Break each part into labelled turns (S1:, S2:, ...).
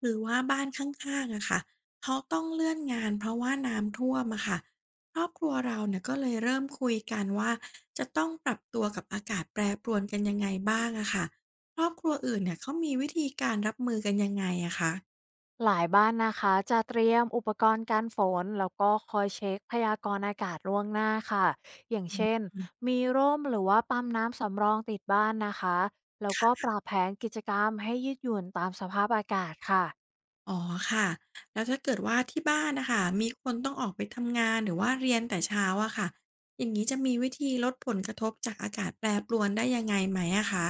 S1: หรือว่าบ้านข้างๆอะค่ะเขาต้องเลื่อนงานเพราะว่าน้ำท่วมอะค่ะครอบครัวเราเนี่ยก็เลยเริ่มคุยกันว่าจะต้องปรับตัวกับอากาศแปรปรวนกันยังไงบ้างอะค่ะครอบครัวอื่นเนี่ยเขามีวิธีการรับมือกันยังไงอะคะ
S2: หลายบ้านนะคะจะเตรียมอุปกรณ์การฝนแล้วก็คอยเช็คพยากรณ์อากาศล่วงหน้าค่ะอย่าง
S1: อื
S2: เช่น
S1: ม
S2: มีร่มหรือว่าปั๊มน้ำสำรองติดบ้านนะคะแล้วก็ปรับแผนกิจกรรมให้ยืดหยุ่นตามสภาพอากาศค่ะ
S1: อ๋อค่ะแล้วถ้าเกิดว่าที่บ้านนะคะมีคนต้องออกไปทำงานหรือว่าเรียนแต่เช้าอะค่ะอย่างนี้จะมีวิธีลดผลกระทบจากอากาศแปรปรวนได้ยังไงไหมอะคะ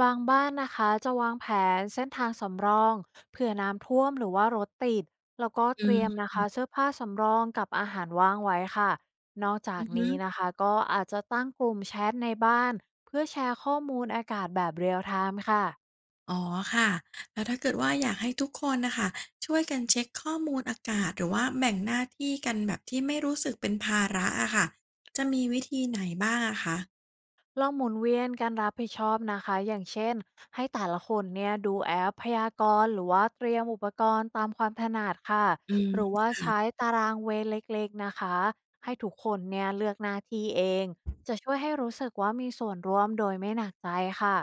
S2: บางบ้านนะคะจะวางแผนเส้นทางสำรองเผื่อน้ำท่วมหรือว่ารถติดแล้วก็
S1: อื
S2: เตรียม
S1: ม
S2: นะคะเสื้อผ้าสำรองกับอาหารว่างไว้ค่ะนอกจา
S1: อื
S2: ก
S1: อฮึ
S2: นี้นะคะก็อาจจะตั้งกลุ่มแชทในบ้านเพื่อแชร์ข้อมูลอากาศแบบเรียลไทม์ค่ะ
S1: อ๋อค่ะ แล้วถ้าเกิดว่าอยากให้ทุกคนนะคะช่วยกันเช็คข้อมูลอากาศหรือว่าแบ่งหน้าที่กันแบบที่ไม่รู้สึกเป็นภาระอะค่ะจะมีวิธีไหนบ้างอะคะ
S2: ลองหมุนเวียนการรับผิดชอบนะคะอย่างเช่นให้แต่ละคนเนี่ยดูแอปพยากรณ์หรือว่าเตรียมอุปกรณ์ตามความถนัดค่ะ
S1: อื
S2: หรือ
S1: ม
S2: ว่าใช้ตารางเวรเล็กๆนะคะให้ทุกคนเนี่ยเลือกหน้าที่เองจะช่วยให้รู้สึกว่ามีส่วนร่วมโดยไม่หนักใจค่ะ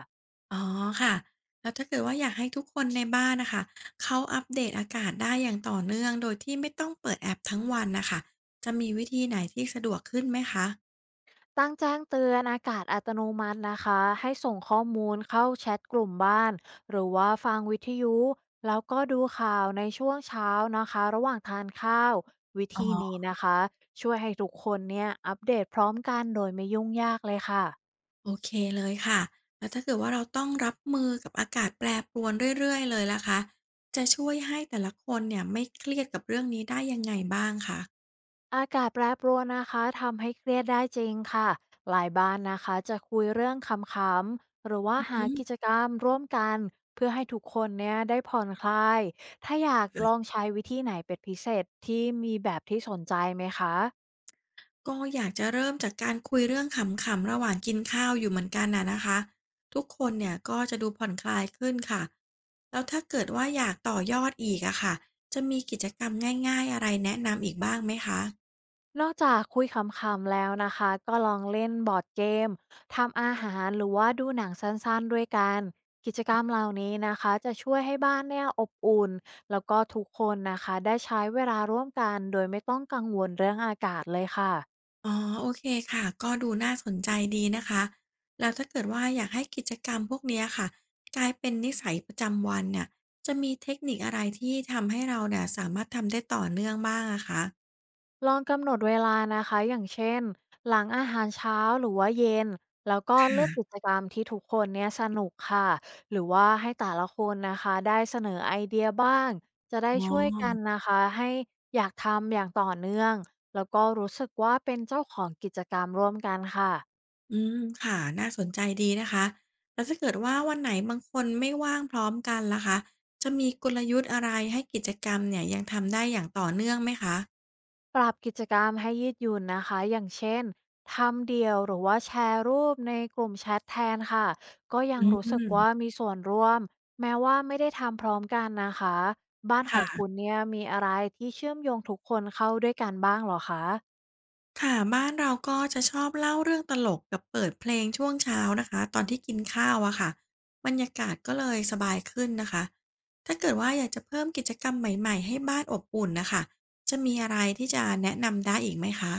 S1: อ๋อค่ะแล้วถ้าเกิดว่าอยากให้ทุกคนในบ้านน่ะค่ะเขาอัปเดตอากาศได้อย่างต่อเนื่องโดยที่ไม่ต้องเปิดแอปทั้งวันน่ะค่ะจะมีวิธีไหนที่สะดวกขึ้นไหมคะ
S2: ตั้งแจ้งเตือนอากาศอัตโนมัตินะคะให้ส่งข้อมูลเข้าแชทกลุ่มบ้านหรือว่าฟังวิทยุแล้วก็ดูข่าวในช่วงเช้านะคะระหว่างทานข้าววิ
S1: อ๋
S2: ธีนี้
S1: อ
S2: นะคะช่วยให้ทุกคนเนี่ยอัปเดตพร้อมกันโดยไม่ยุ่งยากเลยค่ะ
S1: โอเคเลยค่ะแล้วถ้าเกิดว่าเราต้องรับมือกับอากาศแปรปรวนเรื่อยๆเลยล่ะคะจะช่วยให้แต่ละคนเนี่ยไม่เครียดกับเรื่องนี้ได้ยังไงบ้างคะ
S2: อากาศแปรปรวนนะคะทำให้เครียดได้จริงค่ะหลายบ้านนะคะจะคุยเรื่องขำๆหรือว่าหา
S1: อือ
S2: กิจกรรมร่วมกันเพื่อให้ทุกคนเนี่ยได้ผ่อนคลายถ้าอยากลองใช้วิธีไหนเป็นพิเศษที่มีแบบที่สนใจไหมคะ
S1: ก็อยากจะเริ่มจากการคุยเรื่องขำๆระหว่างกินข้าวอยู่เหมือนกันน่ะนะคะทุกคนเนี่ยก็จะดูผ่อนคลายขึ้นค่ะแล้วถ้าเกิดว่าอยากต่อยอดอีกอะค่ะจะมีกิจกรรมง่ายๆอะไรแนะนำอีกบ้างไหมคะ
S2: นอกจากคุยขำๆแล้วนะคะก็ลองเล่นบอร์ดเกมทำอาหารหรือว่าดูหนังสั้นๆด้วยกันกิจกรรมเหล่านี้นะคะจะช่วยให้บ้านเนี่ยอบอุ่นแล้วก็ทุกคนนะคะได้ใช้เวลาร่วมกันโดยไม่ต้องกังวลเรื่องอากาศเลยค่ะ
S1: อ๋อโอเคค่ะก็ดูน่าสนใจดีนะคะแล้วถ้าเกิดว่าอยากให้กิจกรรมพวกเนี้ยค่ะกลายเป็นนิสัยประจำวันเนี่ยจะมีเทคนิคอะไรที่ทำให้เราเนี่ยสามารถทำได้ต่อเนื่องบ้างอะคะ
S2: ลองกำหนดเวลานะคะอย่างเช่นหลังอาหารเช้าหรือว่าเย็นแล้วก็เลื
S1: ค่ะ
S2: อกกิจกรรมที่ทุกคนเนี่ยสนุกค่ะหรือว่าให้แต่ละคนนะคะได้เสนอไอเดียบ้างจะได้
S1: อ๋
S2: ช่วยกัน
S1: อ
S2: นะคะให้อยากทำอย่างต่อเนื่องแล้วก็รู้สึกว่าเป็นเจ้าของกิจกรรมร่วมกันค่ะ
S1: อืมค่ะน่าสนใจดีนะคะแล้วถ้าเกิดว่าวันไหนบางคนไม่ว่างพร้อมกันล่ะคะจะมีกลยุทธ์อะไรให้กิจกรรมเนี่ยยังทำได้อย่างต่อเนื่องไหมคะ
S2: ปรับกิจกรรมให้ยืดหยุ่นนะคะอย่างเช่นทำเดี่ยวหรือว่าแชร์รูปในกลุ่มแชทแทนค่ะก็ยังรู้
S1: อื
S2: สึกว่า
S1: ม
S2: มีส่วนร่วมแม้ว่าไม่ได้ทำพร้อมกันนะคะบ้านของคุ
S1: ค่ะ
S2: ณเนี่ยมีอะไรที่เชื่อมโยงทุกคนเข้าด้วยกันบ้างเหรอคะ
S1: ค่ะบ้านเราก็จะชอบเล่าเรื่องตลกกับเปิดเพลงช่วงเช้านะคะตอนที่กินข้าวอะค่ะบรรยากาศก็เลยสบายขึ้นนะคะถ้าเกิดว่าอยากจะเพิ่มกิจกรรมใหม่ๆให้บ้านอบอุ่นนะคะจะมีอะไรที่จะแนะนำได้อีกไหมคะ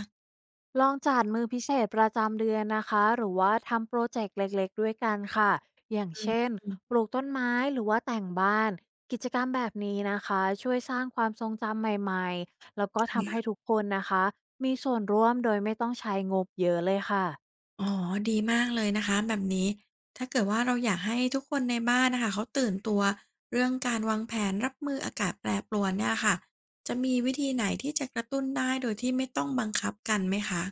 S2: ลองจัดมือพิเศษประจำเดือนนะคะหรือว่าทำโปรเจกต์เล็กๆด้วยกันค่ะอย่างเช่น
S1: อืม
S2: ปลูกต้นไม้หรือว่าแต่งบ้านกิจกรรมแบบนี้นะคะช่วยสร้างความทรงจำใหม่ๆแล้วก็ทำให้ทุ
S1: ค่ะ
S2: กคนนะคะมีส่วนร่วมโดยไม่ต้องใช้งบเยอะเลยค่ะ
S1: อ๋อดีมากเลยนะคะแบบนี้ถ้าเกิดว่าเราอยากให้ทุกคนในบ้านนะคะเขาตื่นตัวเรื่องการวางแผนรับมืออากาศแปรปรวนเนี่ยค่ะจะมีวิธีไหนที่จะกระตุ้นได้โดยที่ไม่ต้องบังคับกันไหมคะ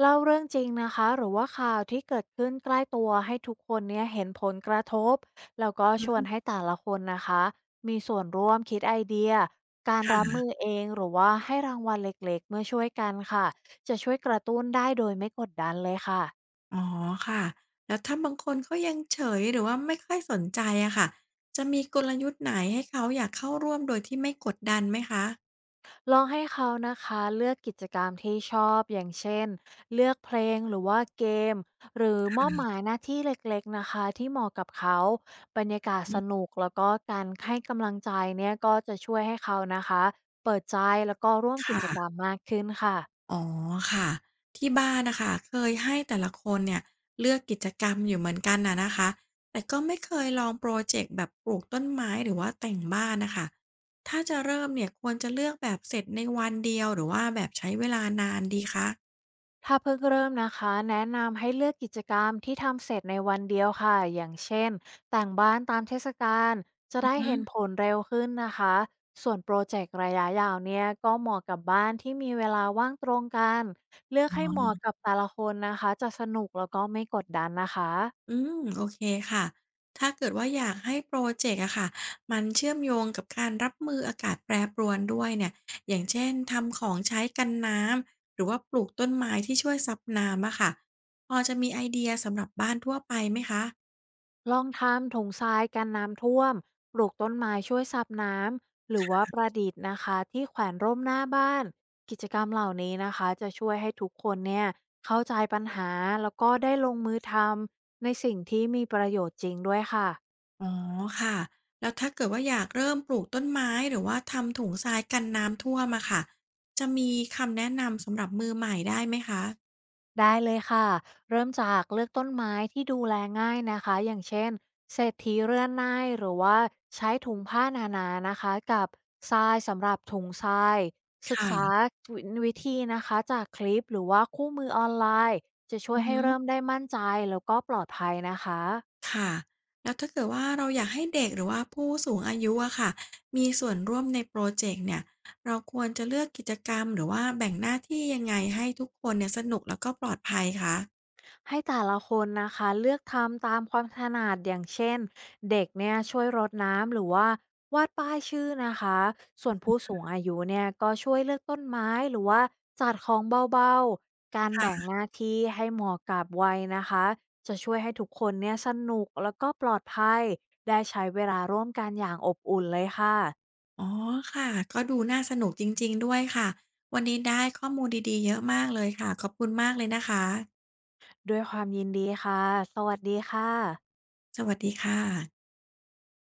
S2: เล่าเรื่องจริงนะคะหรือว่าข่าวที่เกิดขึ้นใกล้ตัวให้ทุกคนเนี่ยเห็นผลกระทบแล้วก็ชวนให้แต่ละคนนะคะมีส่วนร่วมคิดไอเดียการรับมือ
S1: ค่ะ
S2: เองหรือว่าให้รางวัลเล็กๆเมื่อช่วยกันค่ะจะช่วยกระตุ้นได้โดยไม่กดดันเลยค่ะ
S1: อ๋อค่ะ แล้วถ้าบางคนเขายังเฉยหรือว่าไม่ค่อยสนใจอะค่ะจะมีกลยุทธ์ไหนให้เขาอยากเข้าร่วมโดยที่ไม่กดดันไหมคะ
S2: ลองให้เขานะคะเลือกกิจกรรมที่ชอบอย่างเช่นเลือกเพลงหรือว่าเกมหรือมอบหมายหน้าที่เล็กๆนะคะที่เหมาะกับเขาบรรยากาศ
S1: อื
S2: ส
S1: ม
S2: นุกแล้วก็การให้กำลังใจเนี่ยก็จะช่วยให้เขานะคะเปิดใจแล้วก็ร่วมกิจกรรม
S1: ค่ะ
S2: มากขึ้นค่ะ
S1: อ๋อค่ะที่บ้านน่ะค่ะเคยให้แต่ละคนเนี่ยเลือกกิจกรรมอยู่เหมือนกันน่ะนะคะ แต่ก็ไม่เคยลองพรอเจกต์แบบปลูกต้นไม้หรือว่าแต่งบ้านน่ะค่ะถ้าจะเริ่มเนี่ยควรจะเลือกแบบเสร็จในวันเดียวหรือว่าแบบใช้เวลานานดีคะ
S2: ถ้าเพิ่งเริ่มนะคะแนะนำให้เลือกกิจกรรมที่ทำเสร็จในวันเดียวค่ะอย่างเช่นแต่งบ้านตามเทศกาลจะ
S1: อือ
S2: ได้
S1: ฮึ
S2: เห็นผลเร็วขึ้นนะคะส่วนโปรเจกต์ระยะยาวเนี่ยก็เหมาะกับบ้านที่มีเวลาว่างตรงกันเลือกให้
S1: อ๋
S2: เหมาะ
S1: อ
S2: กับแต่ละคนนะคะจะสนุกแล้วก็ไม่กดดันนะคะ
S1: อืมโอเคค่ะถ้าเกิดว่าอยากให้โปรเจกต์อะค่ะมันเชื่อมโยงกับการรับมืออากาศแปรปรวนด้วยเนี่ยอย่างเช่นทำของใช้กันน้ำหรือว่าปลูกต้นไม้ที่ช่วยซับน้ำอะค่ะพอจะมีไอเดียสำหรับบ้านทั่วไปไหมคะ
S2: ลองทำถุงทรายกันน้ำท่วมปลูกต้นไม้ช่วยซับน้ำหรือว่าประดิษฐ์นะคะที่แขวนร่มหน้าบ้านกิจกรรมเหล่านี้นะคะจะช่วยให้ทุกคนเนี่ยเข้าใจปัญหาแล้วก็ได้ลงมือทำในสิ่งที่มีประโยชน์จริงด้วยค่ะ
S1: อ๋อค่ะแล้วถ้าเกิดว่าอยากเริ่มปลูกต้นไม้หรือว่าทำถุงทรายกันน้ำท่วมอะค่ะจะมีคำแนะนำสำหรับมือใหม่ได้ไหมคะ
S2: ได้เลยค่ะเริ่มจากเลือกต้นไม้ที่ดูแลง่ายนะคะอย่างเช่นเศรษฐีเรือนนายหรือว่าใช้ถุงผ้านานานะคะกับทรายสำหรับถุงทรายศึกษา
S1: ค่ะ
S2: วิธีนะคะจากคลิปหรือว่าคู่มือออนไลน์จะช่ว
S1: อื
S2: ย
S1: อ
S2: ให้
S1: ฮึ
S2: เริ่มได้มั่นใจแล้วก็ปลอดภัยนะคะ
S1: ค่ะแล้วถ้าเกิดว่าเราอยากให้เด็กหรือว่าผู้สูงอายุอะค่ะมีส่วนร่วมในโปรเจกต์เนี่ยเราควรจะเลือกกิจกรรมหรือว่าแบ่งหน้าที่ยังไงให้ทุกคนเนี่ยสนุกแล้วก็ปลอดภัยคะ
S2: ให้แต่ละคนนะคะเลือกทำตามความถนัดอย่างเช่นเด็กเนี่ยช่วยรดน้ำหรือว่าวาดป้ายชื่อนะคะส่วนผู้สูงอายุเนี่ยก็ช่วยเลือกต้นไม้หรือว่าจัดของเบาๆการแบ่ง
S1: ค่ะ
S2: หน้าที่ให้เหมาะกับวัยนะคะจะช่วยให้ทุกคนเนี่ยสนุกแล้วก็ปลอดภัยได้ใช้เวลาร่วมกันอย่างอบอุ่นเลยค่ะ
S1: อ๋อค่ะก็ดูน่าสนุกจริงๆด้วยค่ะวันนี้ได้ข้อมูลดีๆเยอะมากเลยค่ะขอบคุณมากเลยนะคะ
S2: ด้วยความยินดีค่ะสวัสดีค่ะ
S1: สวัสดีค่ะ